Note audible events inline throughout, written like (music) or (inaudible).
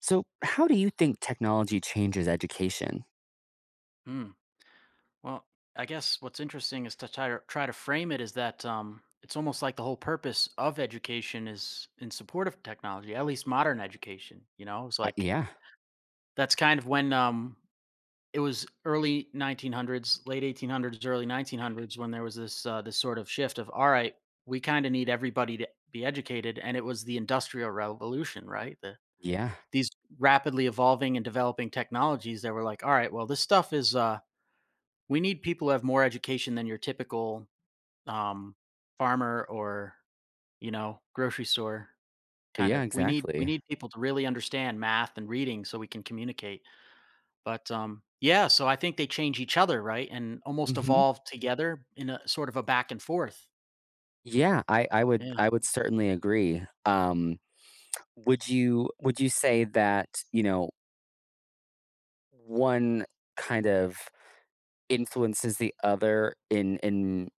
So, how do you think technology changes education? Hmm. Well, I guess what's interesting is to try to frame it is that it's almost like the whole purpose of education is in support of technology, at least modern education. You know, it's Uh, like yeah, that's kind of when it was early 1900s, late 1800s, early 1900s when there was this sort of shift of all right, we kind of need everybody to be educated, and it was the industrial revolution, right? The yeah, these rapidly evolving and developing technologies that were like, all right, well, this stuff is we need people who have more education than your typical, um, farmer or, you know, grocery store kind yeah, of. We need we exactly. need people to really understand math and reading so we can communicate. But, yeah, so I think they change each other, right, and almost hmm evolve together in a sort of a back and forth. Yeah, I, I would, Yeah. I would certainly agree. Would you say that one kind of influences the other in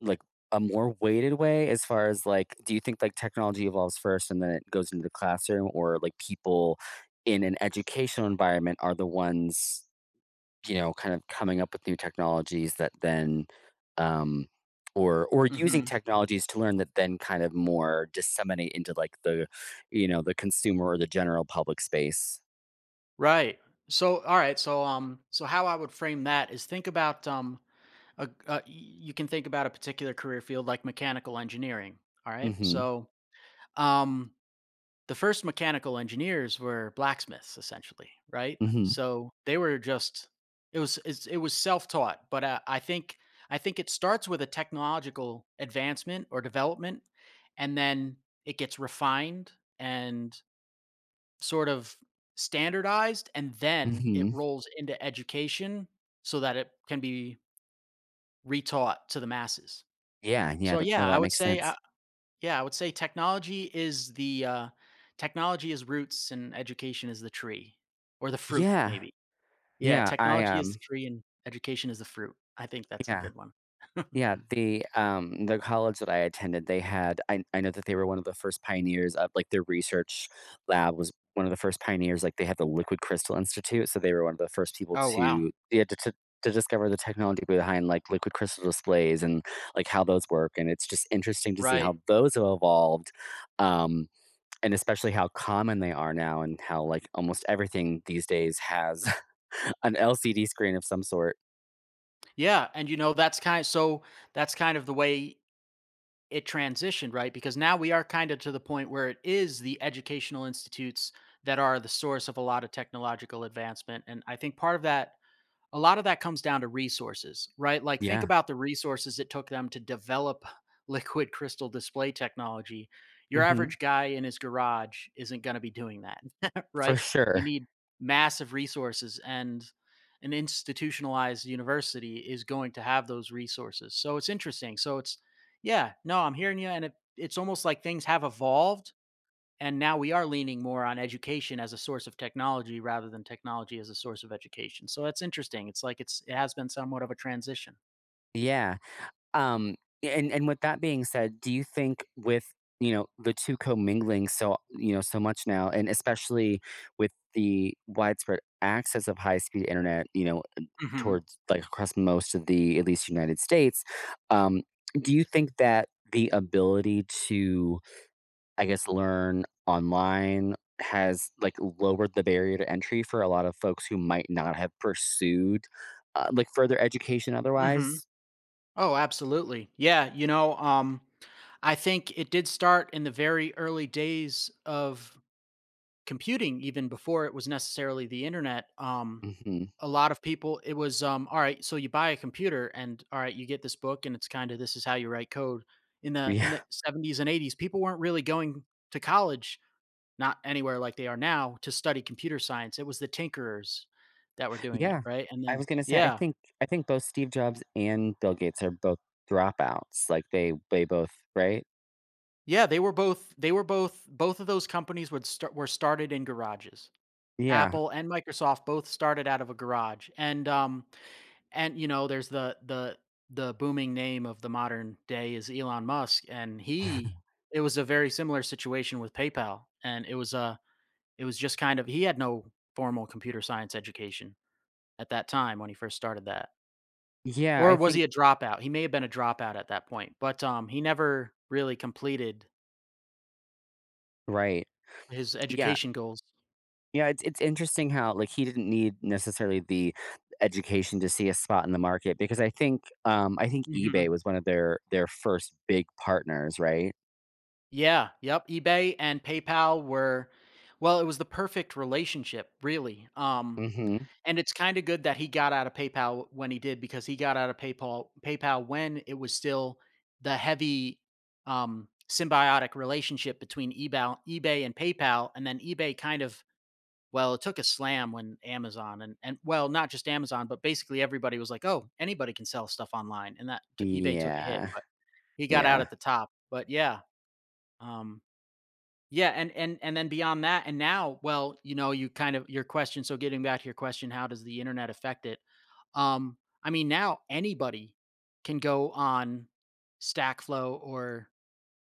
like a more weighted way as far as like do you think like technology evolves first and then it goes into the classroom, or like people in an educational environment are the ones, kind of coming up with new technologies that then, um, or using Mhm. technologies to learn that then kind of more disseminate into the consumer or the general public space. Right. So, alright, so, so how I would frame that is think about, a you can think about a particular career field like mechanical engineering, alright? hmm So, um the first mechanical engineers were blacksmiths, essentially, right, hmm so they were just it was self-taught, but I think it starts with a technological advancement or development, and then it gets refined and sort of standardized, and then it hmm rolls into education so that it can be retaught to the masses. Yeah, yeah. So yeah, No, i that would makes say sense. yeah, I would say technology is the technology is roots and education is the tree, or the fruit, Yeah, maybe. Yeah, yeah. I technology is the tree and education is the fruit. I think that's a yeah. good one. (laughs) Yeah, the college that I attended, they had I know that they were one of the first pioneers of, like, their research lab was one of the first pioneers, like, they had the Liquid Crystal Institute, so they were one of the first people Oh wow. to yeah, to discover the technology behind, like, liquid crystal displays and, like, how those work, and it's just interesting to see how Right. those have evolved, um, and especially how common they are now and how, like, almost everything these days has (laughs) an LCD screen of some sort. Yeah, and you know that's kind so that's kind of the way it transitioned, right? Because now we are kind of to the point where it is the educational institutes that are the source of a lot of technological advancement, and I think part of that, a lot of that, comes down to resources, right? Like, think Yeah. about the resources it took them to develop (laughs) liquid crystal display technology. Your Mhm. average guy in his garage isn't going to be doing that, (laughs) For right? You sure. need massive resources, and an institutionalized university is going to have those resources. So it's interesting. So it's, yeah, no, I'm hearing you, and it's almost like things have evolved and now we are leaning more on education as a source of technology rather than technology as a source of education. So that's interesting. It's like it's it has been somewhat of a transition. Yeah. Um, and with that being said, do you think with, you know, the 2 commingling so, you know, so much now, and especially with the widespread access of high-speed internet, you know, Hmm. towards like across most of the, at least United States, um, do you think that the ability to, I guess, learn online has like lowered the barrier to entry for a lot of folks who might not have pursued, like further education Hmm. otherwise? Oh, absolutely. Yeah. You know, I think it did start in the very early days of computing, even before it was necessarily the internet. Mhm. A lot of people, it was, all right, so you buy a computer and all right, you get this book and it's kind of this is how you write code. In the in Yeah. the 70s and 80s, people weren't really going to college, not anywhere like they are now, to study computer science. It was the tinkerers that were doing it, Yeah. right? And I then was gonna say, I yeah. think I think both Steve Jobs and Bill Gates are both dropouts. Like they both right? Yeah, they were both both of those companies would start were started in garages. Yeah. Apple and Microsoft both started out of a garage. And you know, there's the booming name of the modern day is Elon Musk, and he (laughs) it was a very similar situation with PayPal, and it was a. It was just kind of he had no formal computer science education at that time when he first started that. Yeah, Or I was he think a dropout? He may have been a dropout at that point, but, he never really completed right. his Yeah. education goals. Yeah, it's interesting how like he didn't need necessarily the education to see a spot in the market because I think Mhm. eBay was one of their first big partners, right? Yeah, yep, eBay and PayPal were, well, it was the perfect relationship, really, Mhm. and it's kinda good that he got out of PayPal when he did, because he got out of PayPal when it was still the heavy, symbiotic relationship between eBay and PayPal, and then eBay kind of, well, it took a slam when Amazon, and well, not just Amazon, but basically everybody was like, "Oh, anybody can sell stuff online," and that t eBay took a hit, Yeah. but he got out at Yeah. the top. But yeah, um, yeah, and and then beyond that, and now, well, you know, you kind of your question. So getting back to your question, how does the internet affect it? Um, I mean, now anybody can go on Stackflow or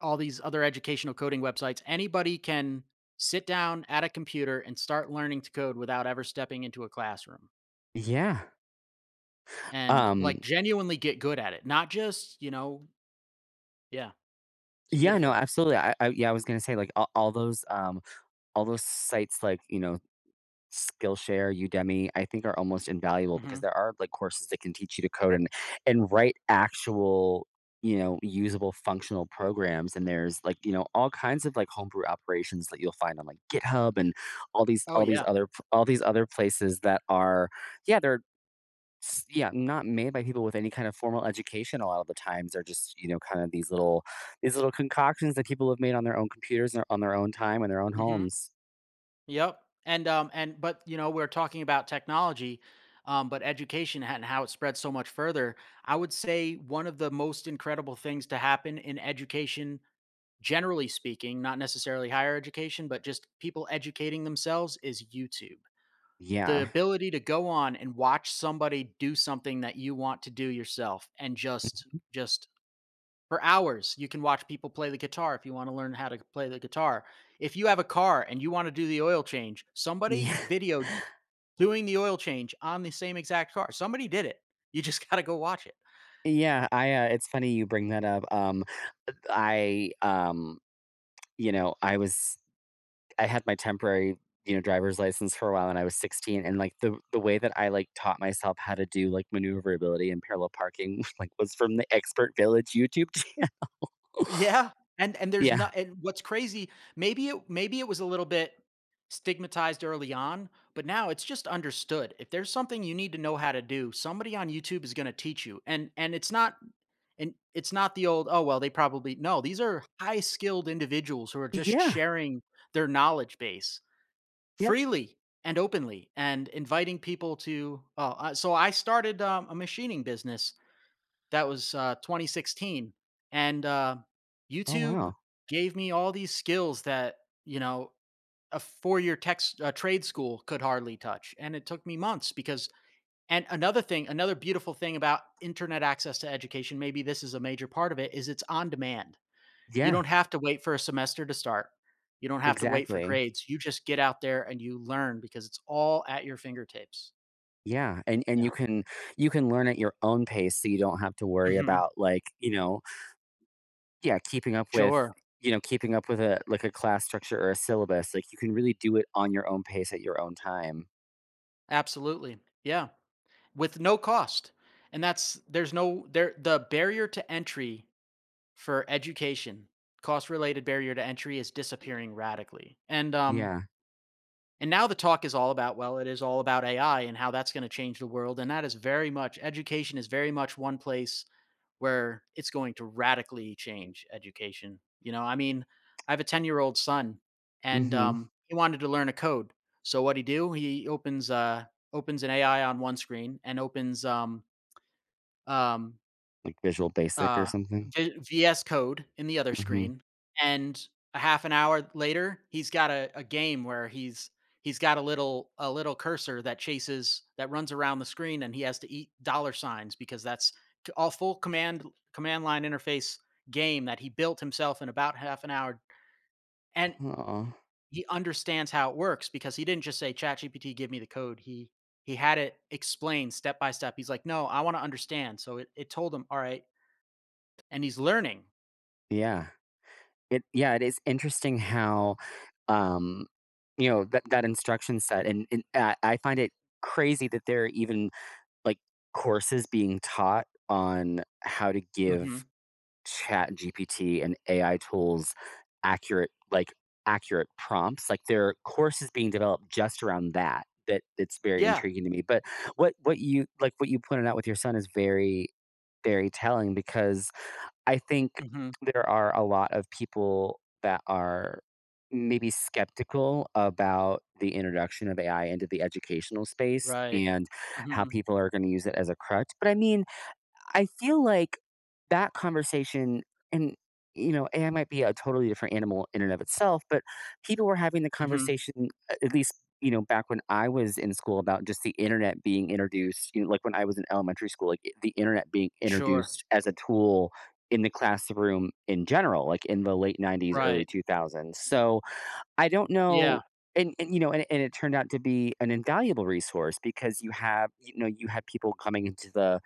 all these other educational coding websites, anybody can sit down at a computer and start learning to code without ever stepping into a classroom Yeah. and Um like genuinely get good at it. Not just, you know, yeah, it's yeah, no, beautiful. absolutely. I yeah, I was going to say like all those sites like, you know, Skillshare, Udemy, I think are almost invaluable because Hmm. there are like courses that can teach you to code and write actual, you know, usable functional programs. And there's like, you know, all kinds of like homebrew operations that you'll find on like GitHub and all these Oh all these yeah. other all these other places that are yeah, they're yeah, not made by people with any kind of formal education a lot of the times. They're just, you know, kind of these little concoctions that people have made on their own computers and on their own time in their own Hmm. homes. Yep. And but you know, we're talking about technology, but education and how it spreads so much further. I would say one of the most incredible things to happen in education, generally speaking, not necessarily higher education, but just people educating themselves, is YouTube. The Yeah. ability to go on and watch somebody do something that you want to do yourself and just Mhm. just for hours. You can watch people play the guitar if you want to learn how to play the guitar. If you have a car and you want to do the oil change, somebody Yeah. videoed (laughs) doing the oil change on the same exact car. Somebody did it. You just (laughs) got to go watch it. Yeah, it's funny you bring that up. I, um, you know, I was I had my temporary, you know, driver's license for a while and I was 16, and like the way that I like taught myself how to do like maneuverability and parallel parking (laughs) like was from the Expert Village YouTube channel. (laughs) Yeah, and there's Yeah. not and what's crazy, maybe it was a little bit stigmatized early on, but now it's just understood. If there's something you need to know how to do, somebody on YouTube is going to teach you. And and it's not the old, oh well, they probably no, these are high-skilled individuals who are just Yeah. sharing their knowledge base Yep. freely and openly and inviting people to oh, so I started a machining business that was 2016, and Oh YouTube wow. gave me all these skills that you know a four-year tech s- trade school could hardly touch, and it took me months because. And another thing, another beautiful thing about internet access to education, maybe this is a major part of it, is it's on demand. You Yeah, don't have to wait for a semester to start. You don't have to wait for exactly. grades. You just get out there and you learn because it's all at your fingertips. Yeah. And Yeah. You can learn at your own pace so you don't have to worry Hmm. about like, you know, yeah, keeping up with Sure. you know, keeping up with a like a class structure or a syllabus, like, you can really do it on your own pace at your own time. Absolutely. Yeah. With no cost. And that's there's no there the barrier to entry for education, cost related barrier to entry is disappearing radically. Yeah. And now the talk is all about, well, it is all about AI and how that's going to change the world, and that is very much education is very much one place where it's going to radically change education. You know, I mean, I have a 10-year-old son, and Mhm. He wanted to learn a code. So what he do? He opens opens an AI on one screen and opens um, Like Visual Basic or uh, something? V VS Code in the other Mhm. screen, and a half an hour later, he's got a game where he's got a little cursor that chases that runs around the screen, and he has to eat dollar signs because that's c all full command line interface game that he built himself in about half an hour, and Aw. he understands how it works because he didn't just say, "ChatGPT, give me the code." He had it explained step by step. He's like, "No, I wanna understand." So it told him, "Alright," and he's learning. Yeah. It yeah, it is interesting how, um, you know, that that instruction set and I find it crazy that there are even, like, courses being taught on how to give Mhm. chat gpt and ai tools accurate like accurate prompts, like there are courses being developed just around that. That it's very Yeah. intriguing to me, but what you like what you pointed out with your son is very very telling because I think Mhm. there are a lot of people that are maybe skeptical about the introduction of ai into the educational space Right. and how Mhm. people are going to use it as a crutch, but I mean I feel like that conversation and you know, AI might be a totally different animal in and of itself, but people were having the Mhm. conversation at least, you know, back when I was in school about just the internet being introduced, you know, like when I was in elementary school, like the internet being Sure. introduced as a tool in the classroom in general, like in the late 90s, early Right. 2000s. So I don't know. Yeah. And you know and it turned out to be an invaluable resource because you have you know you had people coming into the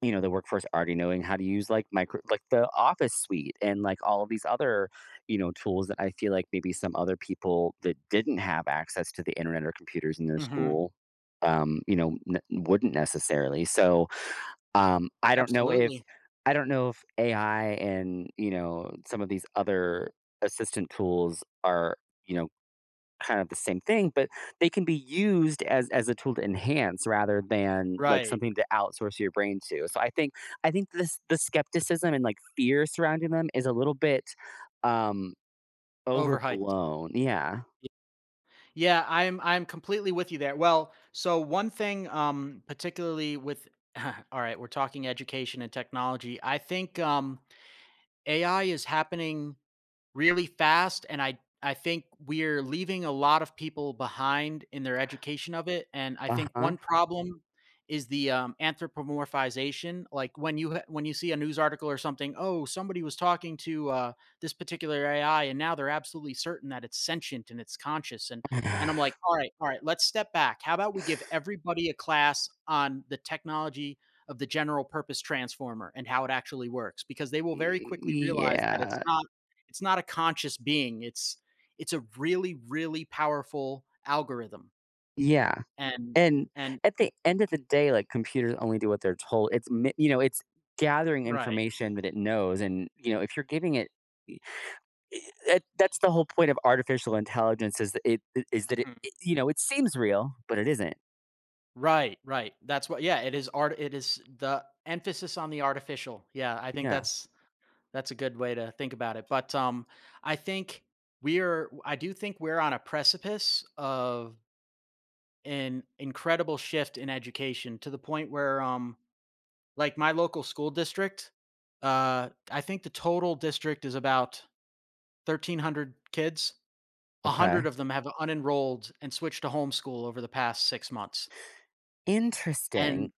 you know, the workforce already knowing how to use, like, micro like, the Office suite and, like, all of these other, you know, tools that I feel like maybe some other people that didn't have access to the internet or computers in their Mhm. school, you know, n wouldn't necessarily. So, I don't know if Absolutely. I don't know if AI and, you know, some of these other assistant tools are, you know, kind of the same thing, but they can be used as a tool to enhance rather than like Right. something to outsource your brain to. So I think this the skepticism and like fear surrounding them is a little bit um Overhyped. overblown. Yeah. Yeah, I'm completely with you there. Well, so one thing, particularly with (laughs) alright, we're talking education and technology. I think, AI is happening really fast, and I think we're leaving a lot of people behind in their education of it, and I think Uh-huh. one problem is the, anthropomorphization, like, when you ha when you see a news article or something, "Oh, somebody was talking to, this particular AI, and now they're absolutely certain that it's sentient and it's conscious," and I'm (sighs) like, "Alright, alright, let's step back. How about we give everybody a class on the technology of the general purpose transformer and how it actually works?" Because they will very quickly realize that yeah. It's not a conscious being. It's a really, really powerful algorithm. Yeah. And And and at the end of the day, like computers only do what they're told. You know, it's gathering right. information that it knows and you know, if you're giving it that that's the whole point of artificial intelligence, is that it is that it Mhm. it you know, it seems real, but it isn't. Right, right. That's what yeah, it is art it is the emphasis on the artificial. Yeah, I think Yeah. That's a good way to think about it. But I think we are I do think we're on a precipice of an incredible shift in education to the point where like my local school district, I think the total district is about 1,300 kids, 100 Okay. of them have unenrolled and switched to homeschool over the past 6 months, Interesting. and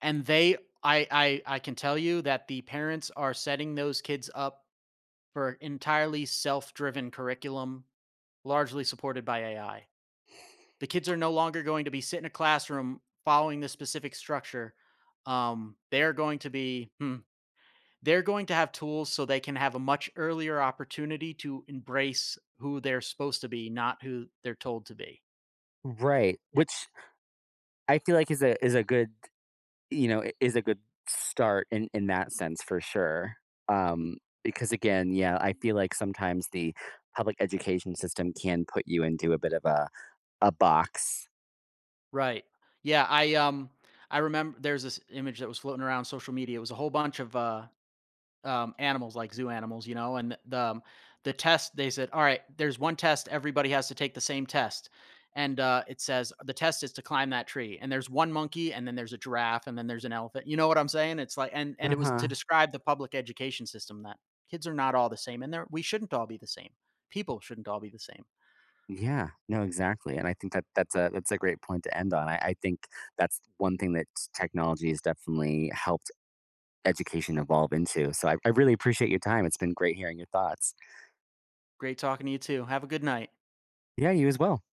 and they I can tell you that the parents are setting those kids up for entirely self-driven curriculum, largely supported by AI. The kids are no longer going to be sit in a classroom following this specific structure. They're going to be they're going to have tools so they can have a much earlier opportunity to embrace who they're supposed to be, not who they're told to be. Right, Eh, which I feel like is a good, you know, I is a good start in that sense for sure. Um, because again, yeah, I feel like sometimes the public education system can put you into a bit of a box. Right. Yeah, I remember there's this image that was floating around social media. It was a whole bunch of animals like zoo animals, you know, and the test they said, "All right, there's one test, everybody has to take the same test." And it says the test is to climb that tree. And there's one monkey and then there's a giraffe and then there's an elephant. You know what I'm saying? It's like and it was to Uh-huh. describe the public education system that kids are not all the same and they we shouldn't all be the same. People shouldn't all be the same. Yeah, no, exactly, and I think that that's a great point to end on. I think that's one thing that technology has definitely helped education evolve into. So I really appreciate your time. It's been great hearing your thoughts. Great talking to you too. Have a good night. Yeah, you as well.